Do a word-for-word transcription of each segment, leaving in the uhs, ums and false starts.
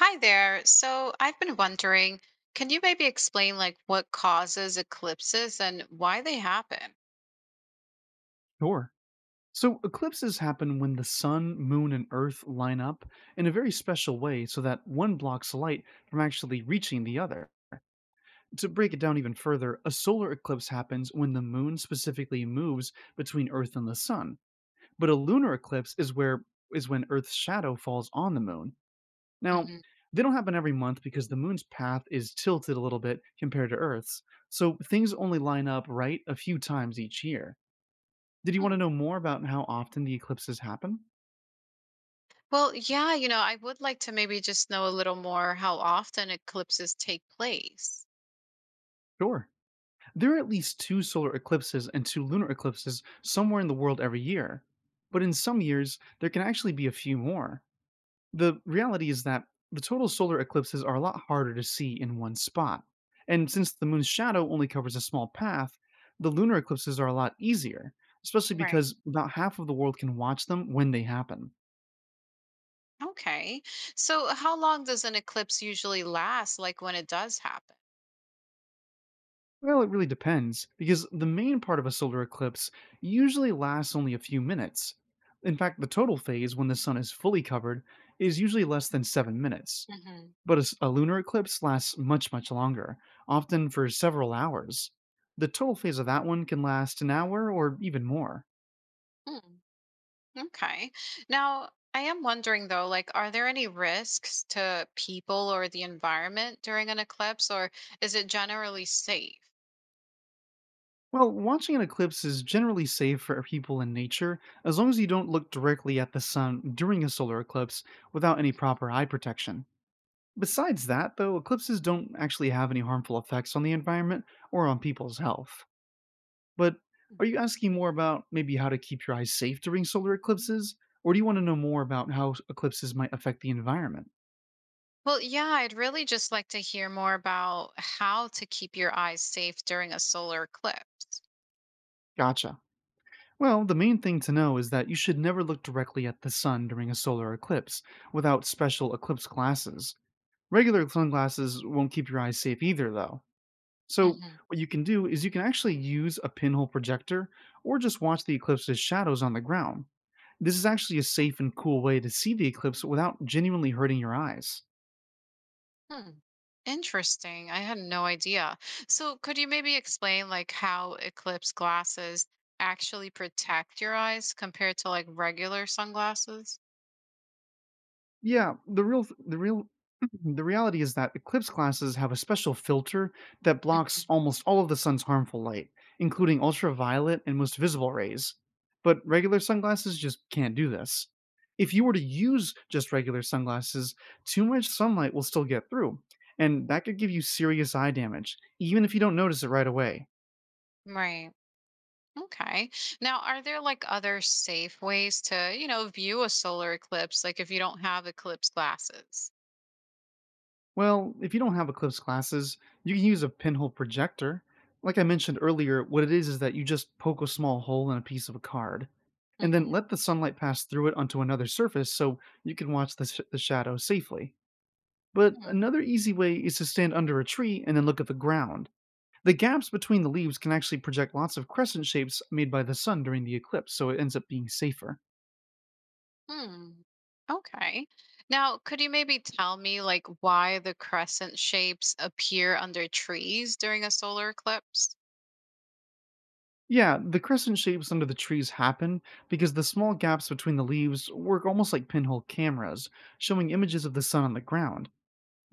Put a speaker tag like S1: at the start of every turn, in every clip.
S1: Hi there. So I've been wondering, can you maybe explain like what causes eclipses and why they happen?
S2: Sure. So eclipses happen when the sun, moon, and earth line up in a very special way so that one blocks light from actually reaching the other. To break it down even further, a solar eclipse happens when the moon specifically moves between earth and the sun. But a lunar eclipse is where is when earth's shadow falls on the moon. Now,
S1: hmm
S2: they don't happen every month because the moon's path is tilted a little bit compared to earth's. So things only line up right a few times each year. Did you want to know more about how often the eclipses happen?
S1: Well, yeah, you know, I would like to maybe just know a little more how often eclipses take place.
S2: Sure. There are at least two solar eclipses and two lunar eclipses somewhere in the world every year. But in some years, there can actually be a few more. The reality is that the total solar eclipses are a lot harder to see in one spot. And since the moon's shadow only covers a small path, the lunar eclipses are a lot easier, especially
S1: Right.
S2: because about half of the world can watch them when they happen.
S1: Okay. So how long does an eclipse usually last, like when it does happen?
S2: Well, it really depends, because the main part of a solar eclipse usually lasts only a few minutes. In fact, the total phase, when the sun is fully covered, is usually less than seven minutes.
S1: hmm
S2: But a, s- a lunar eclipse lasts much, much longer, often for several hours. The total phase of that one can last an hour or even more.
S1: Okay. Now, I am wondering though, like, are there any risks to people or the environment during an eclipse, or is it generally safe?
S2: Well, watching an eclipse is generally safe for people in nature as long as you don't look directly at the sun during a solar eclipse without any proper eye protection. Besides that, though, eclipses don't actually have any harmful effects on the environment or on people's health. But are you asking more about maybe how to keep your eyes safe during solar eclipses? Or do you want to know more about how s- eclipses might affect the environment?
S1: Well, yeah, I'd really just like to hear more about how to keep your eyes safe during a solar eclipse.
S2: Gotcha. Well, the main thing to know is that you should never look directly at the sun during a solar eclipse without special eclipse glasses. Regular sunglasses won't keep your eyes safe either, though. So,
S1: hmm
S2: what you can do is you can actually use a pinhole projector or just watch the eclipse's shadows on the ground. This is actually a safe and cool way to see the eclipse without genuinely hurting your eyes.
S1: Hmm. Interesting. I had no idea. So, could you maybe explain like how eclipse glasses actually protect your eyes compared to like regular sunglasses?
S2: Yeah, the real th- the real the reality is that eclipse glasses have a special filter that
S1: Mm.
S2: blocks almost all of the sun's harmful light, including ultraviolet and most visible rays. But regular sunglasses just can't do this. If you were to use just regular sunglasses, too much sunlight will still get through, and that could give you serious eye damage, even if you don't notice it right away.
S1: Right. Okay. Now, are there like other safe ways to, you know, view a solar eclipse, like if you don't have eclipse glasses?
S2: Well, if you don't have Eclipse glasses, you can use a pinhole projector. Like I mentioned earlier, what it is is that you just poke a small hole in a piece of a card and then
S1: Mm-hmm.
S2: let the sunlight pass through it onto another surface so you can watch the, sh- the shadow safely. But another easy way is to stand under a tree and then look at the ground. The gaps between the leaves can actually project lots of crescent shapes made by the sun during the eclipse, so it ends up being safer.
S1: Hmm. Okay. Now, could you maybe tell me like why the crescent shapes appear under trees during a solar eclipse?
S2: Yeah, the crescent shapes under the trees happen because the small gaps between the leaves work almost like pinhole cameras, showing images of the sun on the ground.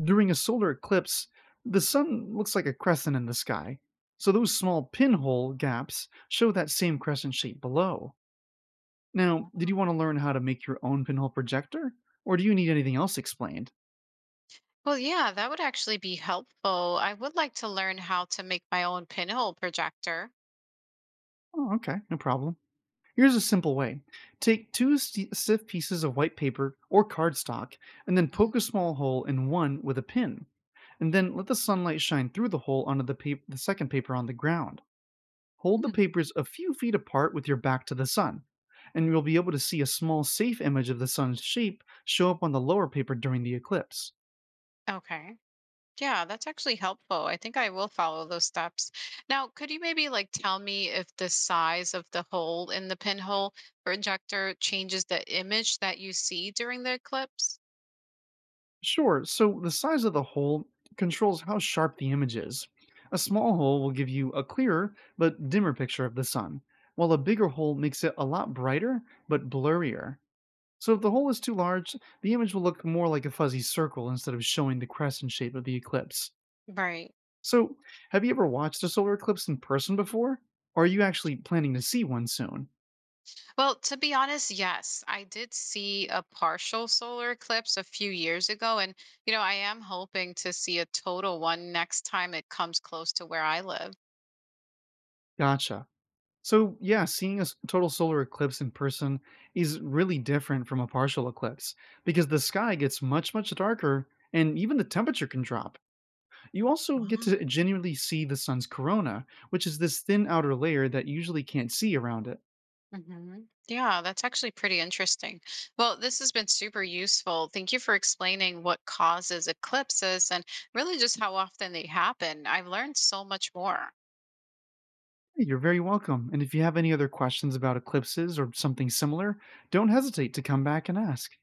S2: During a solar eclipse, the sun looks like a crescent in the sky, so those small pinhole gaps show that same crescent shape below. Now, did you want to learn how to make your own pinhole projector? Or do you need anything else explained?
S1: Well, yeah, that would actually be helpful. I would like to learn how to make my own pinhole projector.
S2: Oh, okay, no problem. Here's a simple way: take two st- stiff pieces of white paper or cardstock and then poke a small hole in one with a pin. And then let the sunlight shine through the hole onto the, pap- the second paper on the ground. Hold the
S1: Mhm.
S2: papers a few feet apart with your back to the sun, and you'll be able to see a small safe image of the sun's shape show up on the lower paper during the eclipse.
S1: Okay. Yeah, that's actually helpful. I think I will follow those steps. Now, could you maybe like tell me if the size of the hole in the pinhole or injector changes the image that you see during the eclipse?
S2: Sure. So the size of the hole controls how sharp the image is. A small hole will give you a clearer but dimmer picture of the sun, while a bigger hole makes it a lot brighter but blurrier. So if the hole is too large, the image will look more like a fuzzy circle instead of showing the crescent shape of the eclipse.
S1: Right.
S2: So, have you ever watched a solar eclipse in person before? Or are you actually planning to see one soon?
S1: Well, to be honest, yes, I did see a partial solar eclipse a few years ago. And, you know, I am hoping to see a total one next time it comes close to where I live.
S2: Gotcha. So, yeah, seeing a s- total solar eclipse in person is really different from a partial eclipse because the sky gets much, much darker and even the temperature can drop. You also get to genuinely see the sun's corona, which is this thin outer layer that you usually can't see around it.
S1: hmm Yeah, that's actually pretty interesting. Well, this has been super useful. Thank you for explaining what causes eclipses and really just how often they happen. I've learned so much more.
S2: Hey, you're very welcome. And if you have any other questions about eclipses or something similar, don't hesitate to come back and ask.